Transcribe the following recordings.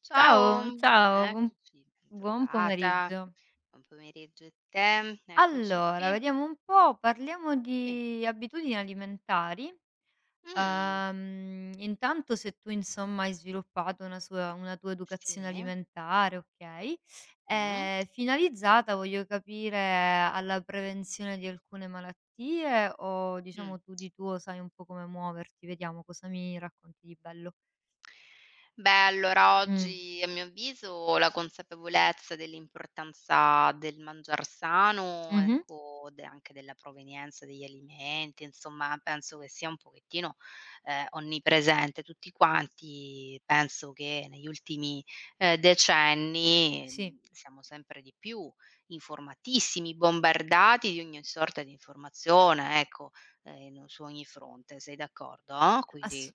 Ciao, Ciao, ciao, eccoci, buon bentrovata. pomeriggio. Buon pomeriggio a te. Eccoci Allora, qui. vediamo un po', parliamo Sì. di abitudini alimentari. Mh, Intanto se tu insomma hai sviluppato una tua educazione sì, alimentare, okay, mh, finalizzata voglio capire alla prevenzione di alcune malattie o mh. diciamo tu di tuo sai un po' come muoverti? Vediamo cosa mi racconti di bello. Beh, allora Mh. oggi, a mio avviso, la consapevolezza dell'importanza del mangiar sano, Mh-mh. ecco, de anche della provenienza degli alimenti, insomma, penso che sia un pochettino, onnipresente. Tutti quanti penso che negli ultimi, decenni, Sì, siamo sempre di più informatissimi, bombardati di ogni sorta di informazione, ecco, in su ogni fronte. Sei d'accordo? Quindi ass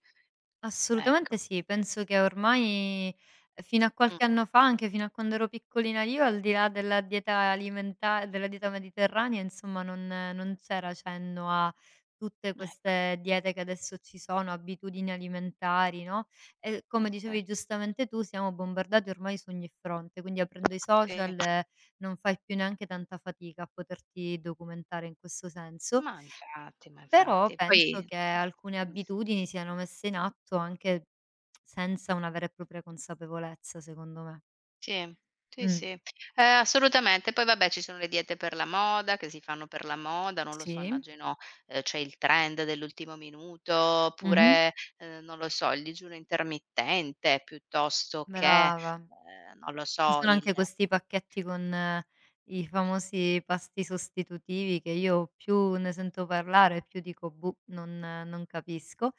assolutamente ecco. sì, penso che ormai fino a Mh, qualche anno fa, anche fino a quando ero piccolina io, al di là della dieta mediterranea, insomma, non c'era cenno a tutte ecco. queste diete che adesso ci sono, abitudini alimentari, no, e come Cer dicevi giustamente tu, siamo bombardati ormai su ogni fronte, quindi aprendo i sì. social non fai più neanche tanta fatica a poterti documentare in questo senso. Ma infatti, ma Però infatti. Poi penso che insomma, alcune mh. abitudini siano messe in atto anche senza una vera e propria consapevolezza, secondo me. Sì, sì, Mh. sì. Assolutamente. Poi vabbè, ci sono le diete per la moda, che si fanno per la moda, non lo so, Sì. immagino, c'è il trend dell'ultimo minuto, Mh-mh. oppure, non lo so, il digiuno intermittente, piuttosto che, Brava. non lo Ci so, sono il anche questi pacchetti con i famosi pasti sostitutivi che io più ne sento parlare, più dico: "Boh, non capisco",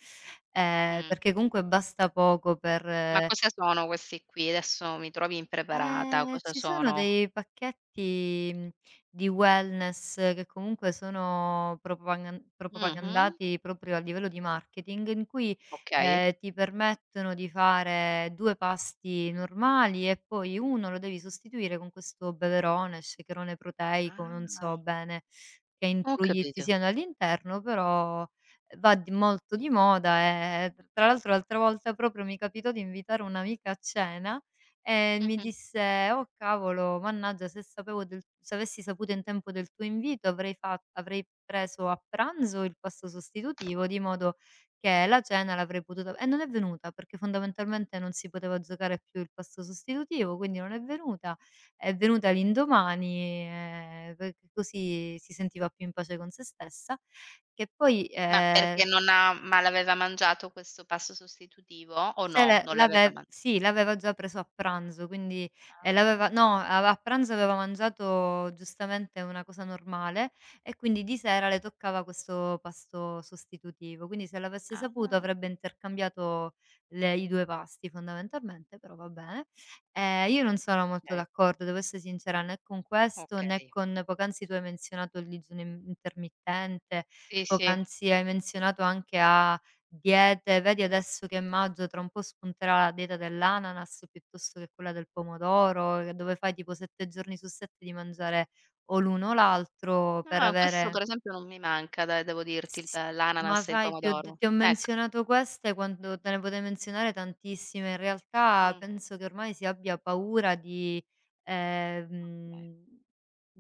mh, perché comunque basta poco per ma cosa sono questi qui? Adesso mi trovi impreparata, cosa ci sono sono? dei pacchetti, di wellness che comunque sono Mh-mh, propagandati proprio a livello di marketing, in cui, okay. Ti permettono di fare 2 pasti normali e poi 1 lo devi sostituire con questo beverone, shakerone proteico, non Ah. so bene che Ho intrugli ci capito. siano all'interno, però va di molto di moda e tra l'altro l'altra volta proprio mi capitò di invitare un'amica a cena e mi Mh-mh. disse: "Oh cavolo, mannaggia se sapevo del se avessi saputo in tempo del tuo invito avrei preso a pranzo il pasto sostitutivo di modo che la cena l'avrei potuta" e non è venuta perché fondamentalmente non si poteva giocare più il pasto sostitutivo, quindi non è venuta. È venuta l'indomani, perché così si sentiva più in pace con se stessa, che poi, Ma perché non ha ma l'aveva mangiato questo pasto sostitutivo o Se no? l'è Non l'aveva l'ave man sì, l'aveva già preso a pranzo, quindi l'aveva Ah, no, a pranzo aveva mangiato giustamente una cosa normale e quindi di sera le toccava questo pasto sostitutivo. Quindi se l'avesse saputo ah, avrebbe intercambiato le i 2 pasti fondamentalmente, però va bene. Io non sono molto okay, d'accordo, devo essere sincera, né con questo, né okay. con poc'anzi tu hai menzionato il digiuno in intermittente, Sì, sì. poc'anzi hai menzionato anche a diete, vedi adesso che è maggio, tra un po' spunterà la dieta dell'ananas piuttosto che quella del pomodoro, dove fai tipo 7 giorni su 7 di mangiare o l'uno o l'altro per No, questo avere per esempio non mi manca, de devo dirti, il S pe ma l'ananas e il sai pomodoro. ti ho Ecco. menzionato queste quando te ne potrei menzionare tantissime. In realtà Mh, penso che ormai si abbia paura di, okay. ehm,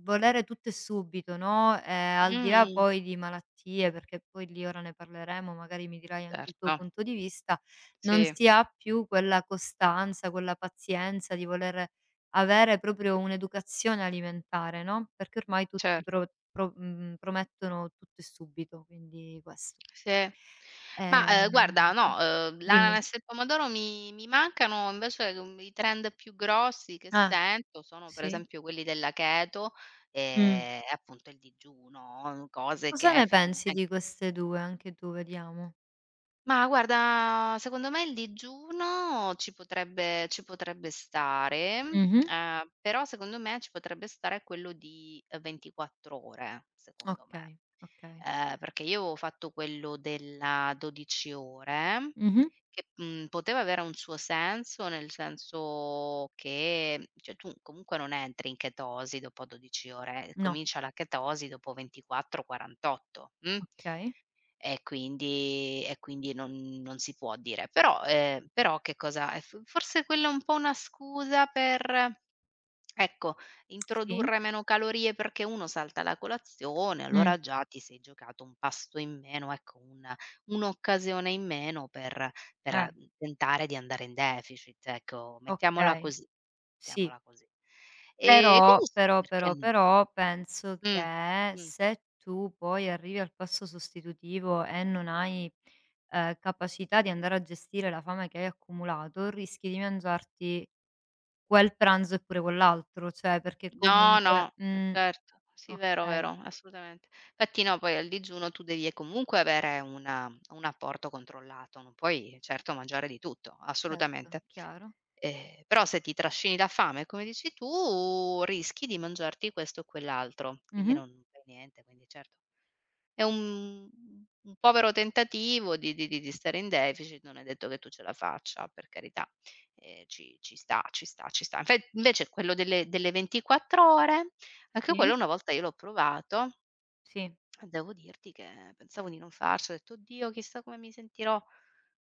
volere tutto e subito, no, al di là Mh-mh. poi di malattie, perché poi lì ora ne parleremo, magari mi dirai anche il tuo Certo. punto di vista, non Sì, si ha più quella costanza, quella pazienza di voler avere proprio un'educazione alimentare, no, perché ormai tutti cer promettono tutto e subito, quindi questo. sì. Ma, guarda, Niente. no, Dimmi. l'ananas e il pomodoro mi mancano, invece, i trend più grossi che Ah, sento sono, per sì? esempio, quelli della keto Mh. e appunto il digiuno, cose Cosa che ne pensi effettivamen di queste 2? Anche tu, vediamo. ma guarda, secondo me il digiuno ci potrebbe stare, Mh-mh. Però secondo me ci potrebbe stare quello di, 24 ore, secondo me. Okay, okay. Perché io avevo fatto quello della 12 ore, Mh-mh. che, poteva avere un suo senso, nel senso che cioè tu comunque non entri in chetosi dopo 12 ore, No, comincia la chetosi dopo 24, 48, okay. e quindi non si può dire. Però che cosa è, f forse quella è un po' una scusa per, ecco, Sì. introdurre meno calorie perché uno salta la colazione, Mh. allora già ti sei giocato un pasto in meno, ecco, una un'occasione in meno per Eh, a tentare di andare in deficit, ecco, mettiamola okay. così, Sì. mettiamola così. Quindi Però, sì, però, perché però, no? però penso Mh, che mh. se tu poi arrivi al passo sostitutivo e non hai, capacità di andare a gestire la fame che hai accumulato, rischi di mangiarti quel pranzo e pure quell'altro, cioè perché No, comunque no, ma certo. Sì, vero, okay, vero, assolutamente. Infatti no, poi al digiuno tu devi comunque avere una un apporto controllato, non puoi certo mangiare di tutto, certo, assolutamente. chiaro. Però se ti trascini la fame, come dici tu, rischi di mangiarti questo o quell'altro, quindi Mh-mh. non fai niente, quindi certo. È un povero tentativo di stare in deficit, non è detto che tu ce la faccia, per carità, ci sta, ci sta, ci sta. Infe Invece quello delle 24 ore, anche quello Sì, una volta io l'ho provato sì. e devo dirti che pensavo di non farcela, ho detto: "Oddio, chissà come mi sentirò".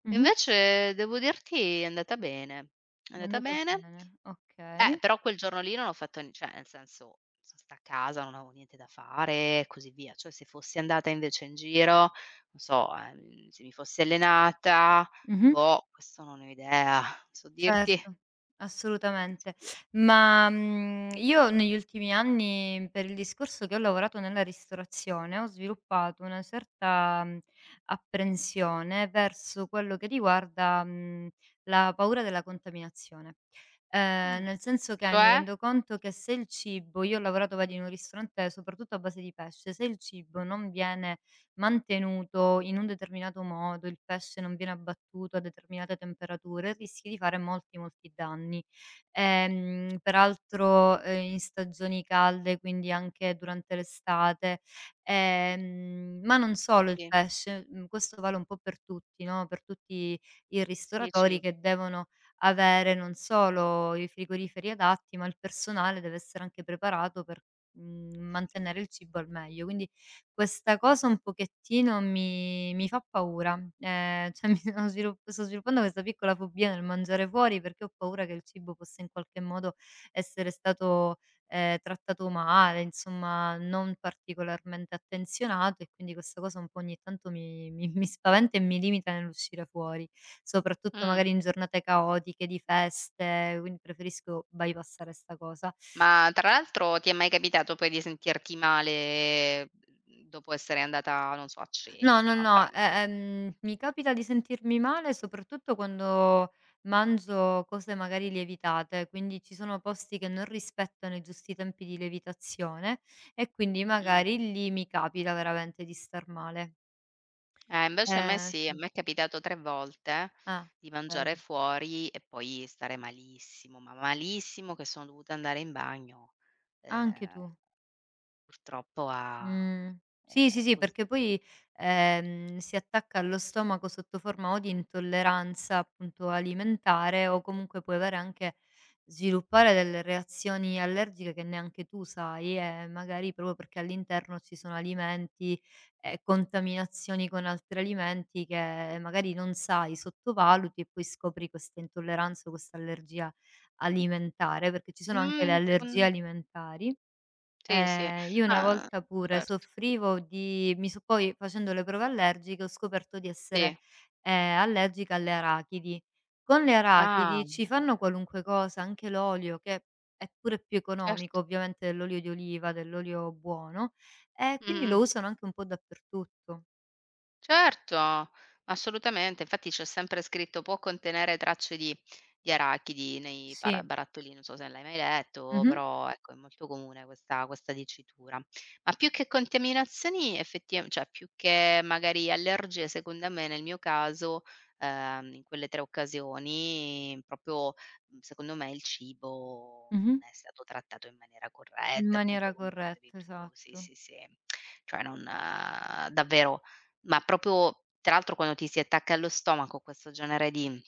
E Mh-mh. invece devo dirti è andata bene, è Mi è andata andata bene. bene, okay. Però quel giorno lì non ho fatto, n cioè nel senso, son stata a casa, non avevo niente da fare e così via. Cioè se fossi andata invece in giro, non so, se mi fossi allenata, Mh-mh. boh, questo non ne ho idea. Non so dirti. Certo, Non so assolutamente. dir Ma, io negli ultimi anni, per il discorso che ho lavorato nella ristorazione, ho sviluppato una certa, apprensione verso quello che riguarda, la paura della contaminazione. Mh, Nel senso che mi cioè? rendo conto che se il cibo io ho lavorato, vedi, in un ristorante soprattutto a base di pesce, se il cibo non viene mantenuto in un determinato modo, il pesce non viene abbattuto a determinate temperature, rischi di fare molti, molti danni. Peraltro, in stagioni calde, quindi anche durante l'estate, ma non solo il Sì, pesce, questo vale un po' per tutti, no, per tutti i dici, ristoratori che devono avere non solo i frigoriferi adatti, ma il personale deve essere anche preparato per, mantenere il cibo al meglio. Quindi questa cosa un pochettino mi fa paura. Cioè mi sono svilu sto sviluppando questa piccola fobia nel mangiare fuori, perché ho paura che il cibo possa in qualche modo essere stato, trattato male, insomma non particolarmente attenzionato e quindi questa cosa un po' ogni tanto mi spaventa e mi limita nell'uscire fuori, soprattutto mh. magari in giornate caotiche, di feste, quindi preferisco bypassare 'sta cosa. Ma tra l'altro ti è mai capitato poi di sentirti male, dopo essere andata, non so, a No, cena no, o a no, pranzo? Mi capita di sentirmi male soprattutto quando mangio cose magari lievitate, quindi ci sono posti che non rispettano i giusti tempi di lievitazione e quindi Mh. magari lì mi capita veramente di star male. Invece a me sì, a Sì. me è capitato 3 volte Ah, di mangiare vedi. fuori e poi stare malissimo, ma malissimo, che sono dovuta andare in bagno, Anche ehm, tu. purtroppo, a Mh. Sì, sì, sì, così. perché poi, si attacca allo stomaco sotto forma o di intolleranza, appunto, alimentare o comunque puoi avere anche sviluppare delle reazioni allergiche che neanche tu sai e magari proprio perché all'interno ci sono alimenti e contaminazioni con altri alimenti che magari non sai, sottovaluti e poi scopri questa intolleranza o questa allergia alimentare, perché ci sono anche le Mhmm, secon allergie alimentari. Sì, sì, Io una ma volta pure certo, soffrivo di mi so poi facendo le prove allergiche ho scoperto di essere, sì. Allergica alle arachidi. Con le Mamma arachidi ci mia, fanno qualunque cosa, anche l'olio che è pure più economico certo. ovviamente dell'olio di oliva, dell'olio buono, e quindi lo Mh-mh. usano anche un po' dappertutto. Certo, assolutamente. Infatti c'è sempre scritto: "Può contenere tracce di arachidi nei para Sì. barattolini", non so se l'hai mai letto, Mh-mh. però ecco è molto comune questa dicitura. Ma più che contaminazioni, effettiva cioè più che magari allergie, secondo me nel mio caso, in quelle 3 occasioni proprio, secondo me il cibo Mh-mh. non è stato trattato in maniera In corretta, appunto maniera come dicevi corretta, tu. Sì, esatto. sì, sì. Cioè, non davvero ma proprio, tra l'altro, quando ti si attacca allo stomaco questo genere di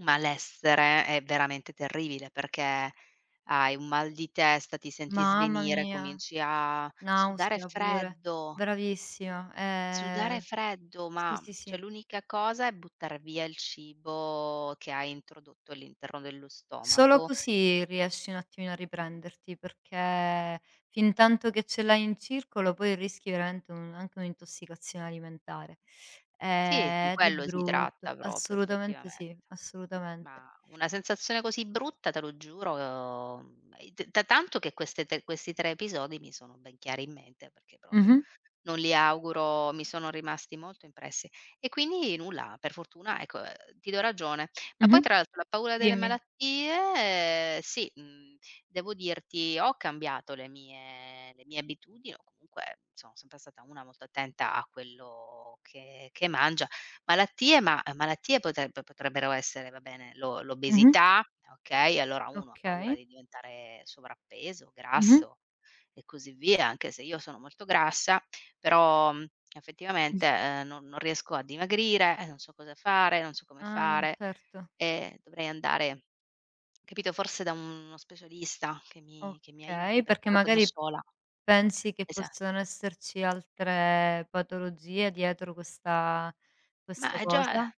malessere è veramente terribile, perché hai un mal di testa, ti senti Mamma svenire, mia, cominci a nausea pure. Bravissima. sudare freddo, Sì, ma sì, cioè sì. l'unica cosa è buttar via il cibo che hai introdotto all'interno dello Solo stomaco. così riesci un attimino a riprenderti, perché fintanto che ce l'hai in circolo poi rischi veramente un anche un'intossicazione alimentare. Sì, di Ed è quello si brutto. tratta proprio, Assolutamente effettivamen sì, assolutamente. ma una sensazione così brutta, te lo giuro, e t da tanto che queste te questi 3 episodi mi sono ben chiari in mente, perché proprio Mh-mh, non li auguro, mi sono rimasti molto impressi. E quindi nulla, per fortuna ecco, ti do ragione. Ma poi, mh-mh, tra l'altro, la paura delle dimmi. malattie, sì, devo dirti ho cambiato le mie abitudini, o comunque sono sempre stata una molto attenta a quello che mangia. Malattie potrebbero essere, va bene, Mh-mh, l'obesità, okay, allora uno ha paura okay. di diventare sovrappeso, Mh-mh. grasso e così via, anche se io sono molto grassa però, effettivamente, non riesco a dimagrire, e non so cosa fare, non so come Ah, fare, certo. e dovrei andare, capito, forse da uno specialista che mi aiuti, Okay, perché perché proprio da magari sola, pensi che esa possano esserci altre patologie dietro ma questa è già cosa?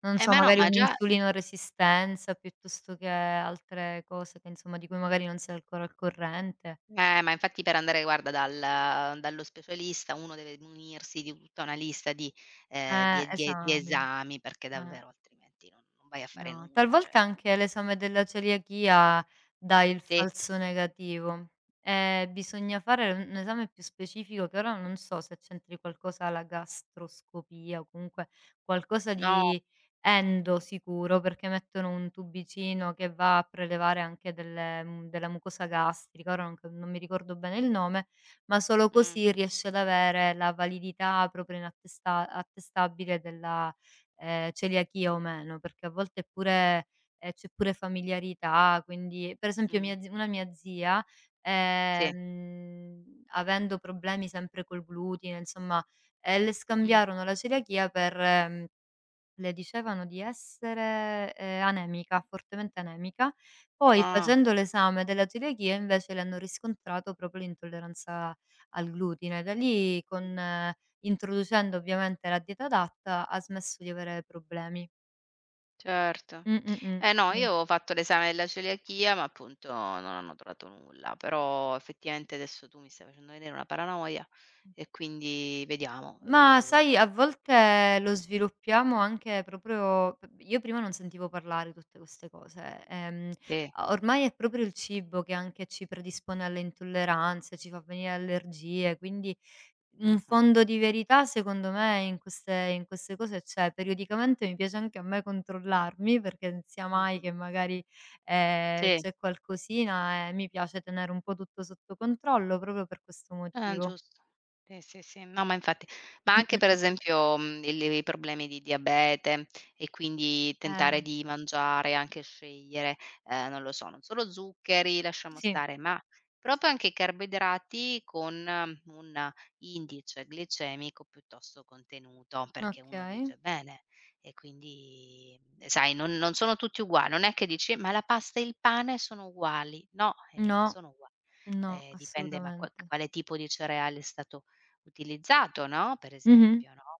Non so, ma no, magari ma già un'insulinoresistenza piuttosto che altre cose che insomma di cui magari non sei ancora al corrente. Ma infatti per andare, guarda, dallo specialista uno deve munirsi di tutta una lista di, ehm, di e di e di Esami, esami, perché eh. davvero altrimenti non vai a fare No, nulla, cioè talvolta anche l'esame della celiachia dà il sì, falso negativo e bisogna fare un esame più specifico che ora non so se c'entri qualcosa la gastroscopia o comunque qualcosa no, di endo no, sicuro, perché mettono un tubicino che va a prelevare anche della mucosa mh, gastrica, ora non mi ricordo bene il nome, ma solo mh, così riesci ad avere la validità proprio inattesta attestabile della celiachia o meno, perché a volte è pure c'è pure familiarità, quindi per esempio mh, mia z una mia zia, sì, avendo problemi sempre col glutine, insomma, le mh. scambiarono la celiachia per le dicevano di essere, anemica, fortemente anemica. Poi Ah, facendo l'esame della celiachia invece le hanno riscontrato proprio l'intolleranza al glutine. Da lì con introducendo ovviamente la dieta adatta ha smesso di avere problemi. certo. Mh, mh, mh, Eh no, sì. io avevo fatto l'esame della celiachia, ma appunto non hanno trovato nulla, però effettivamente adesso tu mi stai facendo venire una paranoia e quindi vediamo. Ma sai a volte lo sviluppiamo anche proprio p io prima non sentivo parlare di tutte queste cose, Sì. ormai è proprio il cibo che anche ci predispone alle intolleranze, ci fa venire allergie, quindi un Mh-mh, fondo di verità secondo me in queste cose c'è. Periodicamente mi piace anche a me controllarmi, perché non sia mai mh-mh. che magari, Sì. c'è qualcosina e mi piace tenere un po' tutto sotto controllo proprio per questo Ah, motivo. giusto. Sì, sì, sì. No, ma infatti, ma Mh, anche mh, per mh, mh. esempio, il i problemi di diabete e quindi Eh, tentare di mangiare, anche scegliere, non lo so, non solo zuccheri, lasciamo sì. stare, ma proprio anche i carboidrati con, un indice glicemico piuttosto contenuto, perché uno Okay. dice: "Bene", e quindi, sai, non sono tutti uguali, non è che dici: "Ma la pasta e il pane sono uguali." No, non No, sono ugua no, dipende, assolutamente. quale tipo di cereale è stato utilizzato, no, per Mh-mh. esempio, no,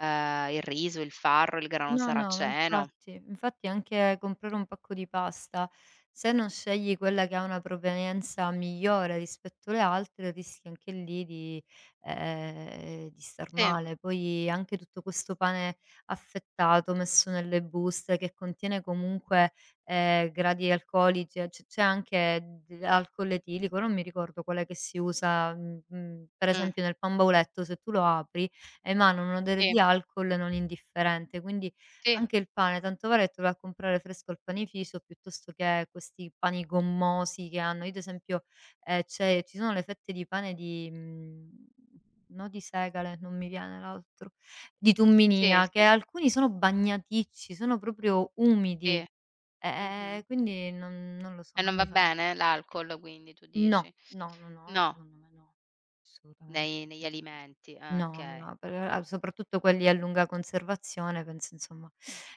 il riso, il farro, il grano No, no, ma saraceno. infatti. Infatti anche comprare un pacco di pasta, se non scegli quella che ha una provenienza migliore rispetto alle altre, rischi anche lì di star Sì, male. Poi anche tutto questo pane affettato, messo nelle buste, che contiene comunque, gradi alcolici, e c c'è anche d alcol etilico, non mi ricordo quale che si usa, per mh, esempio nel pan bauletto se tu lo apri, emana un odore sì, di alcol non indifferente, quindi sì, anche il pane, tanto vale che tu vai a comprare fresco il panificio piuttosto che questi pani gommosi che hanno. Io ad esempio, c'è ci sono le fette di pane di no di segale, non mi viene l'altro, di sì, tumminia, che sì, alcuni sono bagnaticci, sono proprio sì, umidi, mh-mh. Quindi non lo so, E non non va mi fan bene l'alcol quindi tu No, dici? no, no, no, No, secondo me no, assolutamente. nei negli Quindi alimenti, ah no, no, okay. no, per a soprattutto quelli a lunga conservazione penso insomma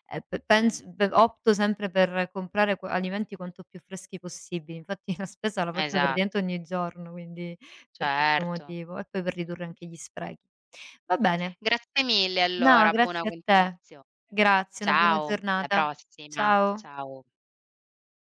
pe Mh, pens pe opto sempre per comprare qua alimenti quanto più freschi possibili. Infatti la spesa la faccio praticamente esatto, ogni giorno, quindi per questo certo. motivo e poi per ridurre anche gli sprechi. Va bene, Grazie mille no, allora, buona grazie a te. continuazione. Grazie, una buona Ciao, alla giornata. prossima. Ciao. Ciao.